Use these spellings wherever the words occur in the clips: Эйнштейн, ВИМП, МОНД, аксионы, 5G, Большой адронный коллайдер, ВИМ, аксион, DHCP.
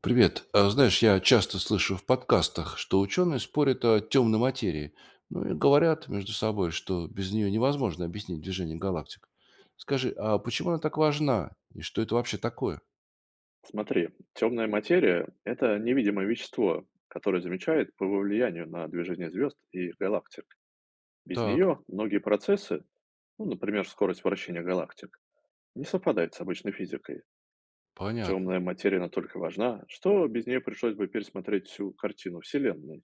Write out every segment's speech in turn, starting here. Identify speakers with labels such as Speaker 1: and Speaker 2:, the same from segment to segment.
Speaker 1: Привет. Знаешь, я часто слышу в подкастах, что ученые спорят о темной материи, ну и говорят между собой, что без нее невозможно объяснить движение галактик. Скажи, а почему она так важна и что это вообще такое?
Speaker 2: Смотри, темная материя – это невидимое вещество, которое замечает по его влиянию на движение звезд и галактик. Без
Speaker 1: Так,
Speaker 2: нее многие процессы, ну, например, скорость вращения галактик, не совпадает с обычной физикой.
Speaker 1: понятно.
Speaker 2: Темная материя настолько важна, что без нее пришлось бы пересмотреть всю картину Вселенной.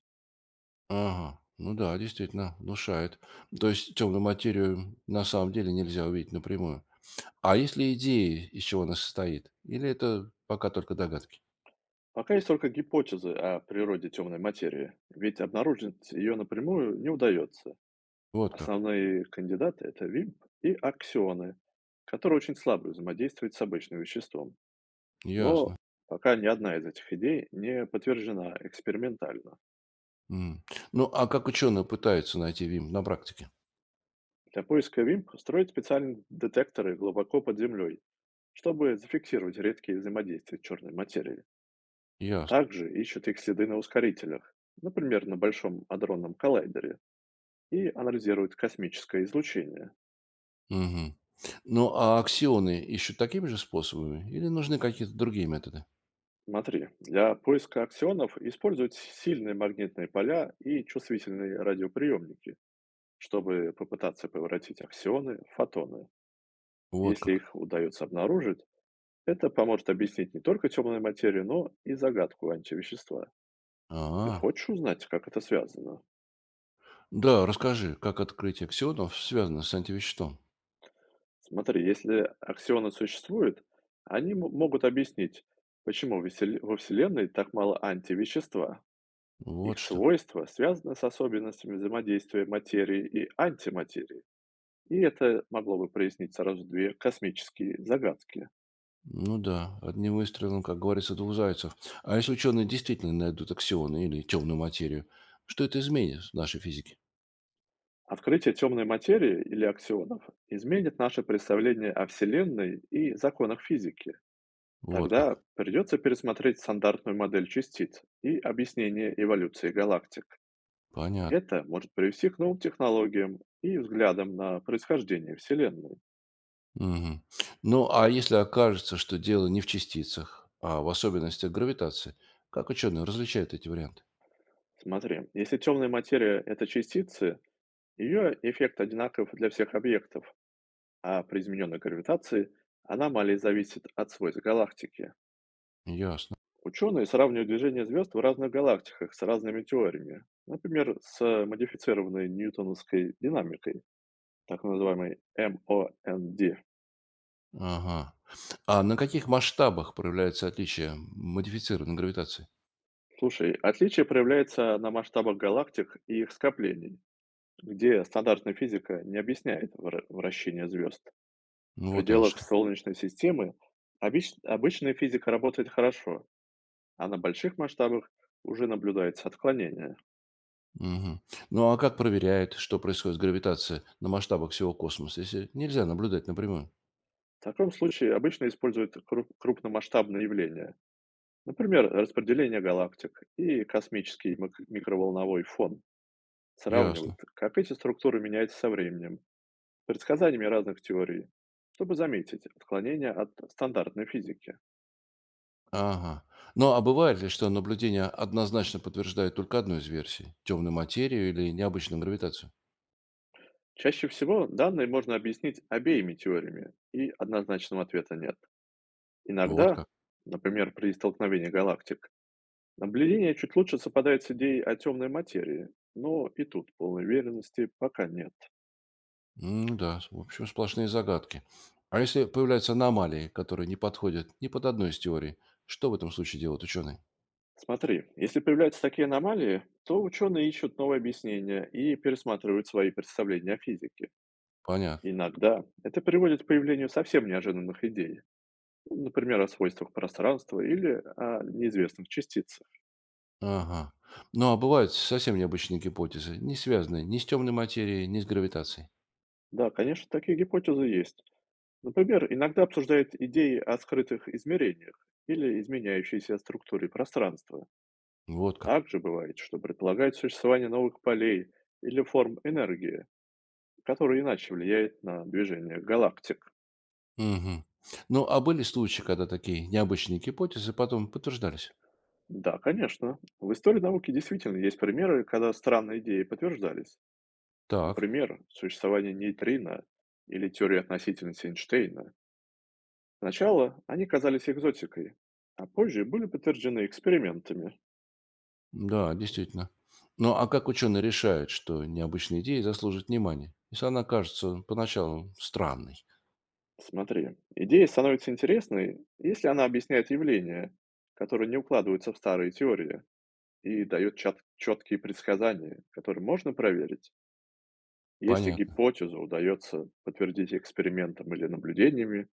Speaker 1: Ага, ну да, действительно, внушает. То есть темную материю на самом деле нельзя увидеть напрямую. А есть ли идеи, из чего она состоит? Или это пока только догадки?
Speaker 2: Пока есть только гипотезы о природе темной материи, ведь обнаружить ее напрямую не удается.
Speaker 1: Вот как.
Speaker 2: Основные кандидаты – это ВИМП и аксионы, которые очень слабо взаимодействуют с обычным веществом. Но
Speaker 1: Ясно.
Speaker 2: пока ни одна из этих идей не подтверждена экспериментально.
Speaker 1: М. Ну, а как ученые пытаются найти ВИМ на практике?
Speaker 2: Для поиска ВИМП строят специальные детекторы глубоко под землей, чтобы зафиксировать редкие взаимодействия черной материи.
Speaker 1: Ясно.
Speaker 2: Также ищут их следы на ускорителях, например, на Большом адронном коллайдере, и анализируют космическое излучение.
Speaker 1: Мгм. Ну, а аксионы ищут такими же способами или нужны какие-то другие методы?
Speaker 2: Смотри, для поиска аксионов используют сильные магнитные поля и чувствительные радиоприемники, чтобы попытаться превратить аксионы в фотоны.
Speaker 1: Вот
Speaker 2: Если
Speaker 1: как.
Speaker 2: их удается обнаружить, это поможет объяснить не только темную материю, но и загадку антивещества. Ты
Speaker 1: А,
Speaker 2: хочешь узнать, как это связано?
Speaker 1: да, расскажи, как открытие аксионов связано с антивеществом.
Speaker 2: Смотри, если аксионы существуют, могут объяснить, почему во Вселенной так мало антивещества.
Speaker 1: Вот
Speaker 2: Их
Speaker 1: что.
Speaker 2: свойство связано с особенностями взаимодействия материи и антиматерии, и это могло бы прояснить сразу две космические загадки.
Speaker 1: Ну да, одним выстрелом, как говорится, двух зайцев. А если ученые действительно найдут аксионы или темную материю, что это изменит в нашей физике?
Speaker 2: Открытие темной материи или аксионов изменит наше представление о Вселенной и законах физики.
Speaker 1: Вот
Speaker 2: Тогда
Speaker 1: как.
Speaker 2: придется пересмотреть стандартную модель частиц и объяснение эволюции галактик.
Speaker 1: Понятно.
Speaker 2: Это может привести к новым технологиям и взглядам на происхождение Вселенной.
Speaker 1: Мгм. Ну, а если окажется, что дело не в частицах, а в особенностях гравитации, как ученые различают эти варианты?
Speaker 2: Смотри, если темная материя – это частицы, ее эффект одинаков для всех объектов, а при измененной гравитации аномалия зависит от свойств галактики.
Speaker 1: Ясно.
Speaker 2: Ученые сравнивают движение звезд в разных галактиках с разными теориями. Например, с модифицированной ньютоновской динамикой, так называемой МОНД.
Speaker 1: Ага. А на каких масштабах проявляется отличие модифицированной гравитации?
Speaker 2: Слушай, отличие проявляется на масштабах галактик и их скоплений, где стандартная физика не объясняет вращение звезд.
Speaker 1: Ну,
Speaker 2: В
Speaker 1: вот оно
Speaker 2: пределах
Speaker 1: что.
Speaker 2: Солнечной системы обычная физика работает хорошо, а на больших масштабах уже наблюдается отклонение.
Speaker 1: Мгм. Ну, а как проверяют, что происходит с гравитацией на масштабах всего космоса, если нельзя наблюдать напрямую?
Speaker 2: В таком случае обычно используют крупномасштабные явления, например, распределение галактик и космический микроволновой фон.
Speaker 1: Ясно.
Speaker 2: Сравнивают, как эти структуры меняются со временем, предсказаниями разных теорий, чтобы заметить отклонение от стандартной физики.
Speaker 1: Ага. Ну, а бывает ли, что наблюдение однозначно подтверждает только одну из версий? Темную материю или необычную гравитацию?
Speaker 2: Чаще всего данные можно объяснить обеими теориями, и однозначного ответа нет.
Speaker 1: Вот
Speaker 2: Иногда,
Speaker 1: как.
Speaker 2: например, при столкновении галактик, наблюдения чуть лучше совпадают с идеей о темной материи, но и тут полной уверенности пока нет.
Speaker 1: Ну да, в общем, сплошные загадки. А если появляются аномалии, которые не подходят ни под одну из теорий, что в этом случае делают ученые?
Speaker 2: Смотри, если появляются такие аномалии, то ученые ищут новые объяснения и пересматривают свои представления о физике.
Speaker 1: Понятно.
Speaker 2: Иногда это приводит к появлению совсем неожиданных идей, ну, например, о свойствах пространства или о неизвестных частицах.
Speaker 1: Ага. Ну, а бывают совсем необычные гипотезы, не связанные ни с темной материей, ни с гравитацией.
Speaker 2: Да, конечно, такие гипотезы есть. Например, иногда обсуждают идеи о скрытых измерениях или изменяющейся структуре пространства.
Speaker 1: Вот как.
Speaker 2: Также бывает, что предполагают существование новых полей или форм энергии, которые иначе влияют на движение галактик.
Speaker 1: Мгм. Ну, а были случаи, когда такие необычные гипотезы потом подтверждались?
Speaker 2: Да, конечно. В истории науки действительно есть примеры, когда странные идеи подтверждались.
Speaker 1: Так.
Speaker 2: Например, существование нейтрино или теории относительности Эйнштейна. Сначала они казались экзотикой, а позже были подтверждены экспериментами.
Speaker 1: Да, действительно. Ну, а как ученые решают, что необычная идея заслужит внимания, если она кажется поначалу странной?
Speaker 2: Смотри, идея становится интересной, если она объясняет явления, которые не укладываются в старые теории, и дает чат четкие предсказания, которые можно проверить. Если
Speaker 1: Понятно.
Speaker 2: гипотезу удается подтвердить экспериментом или наблюдениями,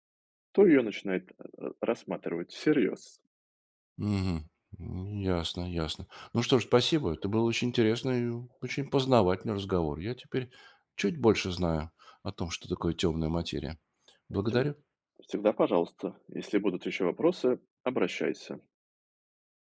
Speaker 2: то ее начинает рассматривать всерьез.
Speaker 1: Мгм. М, ясно, ясно. Ну что ж, спасибо. Это был очень интересный и очень познавательный разговор. Я теперь чуть больше знаю о том, что такое темная материя. Благодарю.
Speaker 2: Всегда пожалуйста. Если будут еще вопросы, обращайся.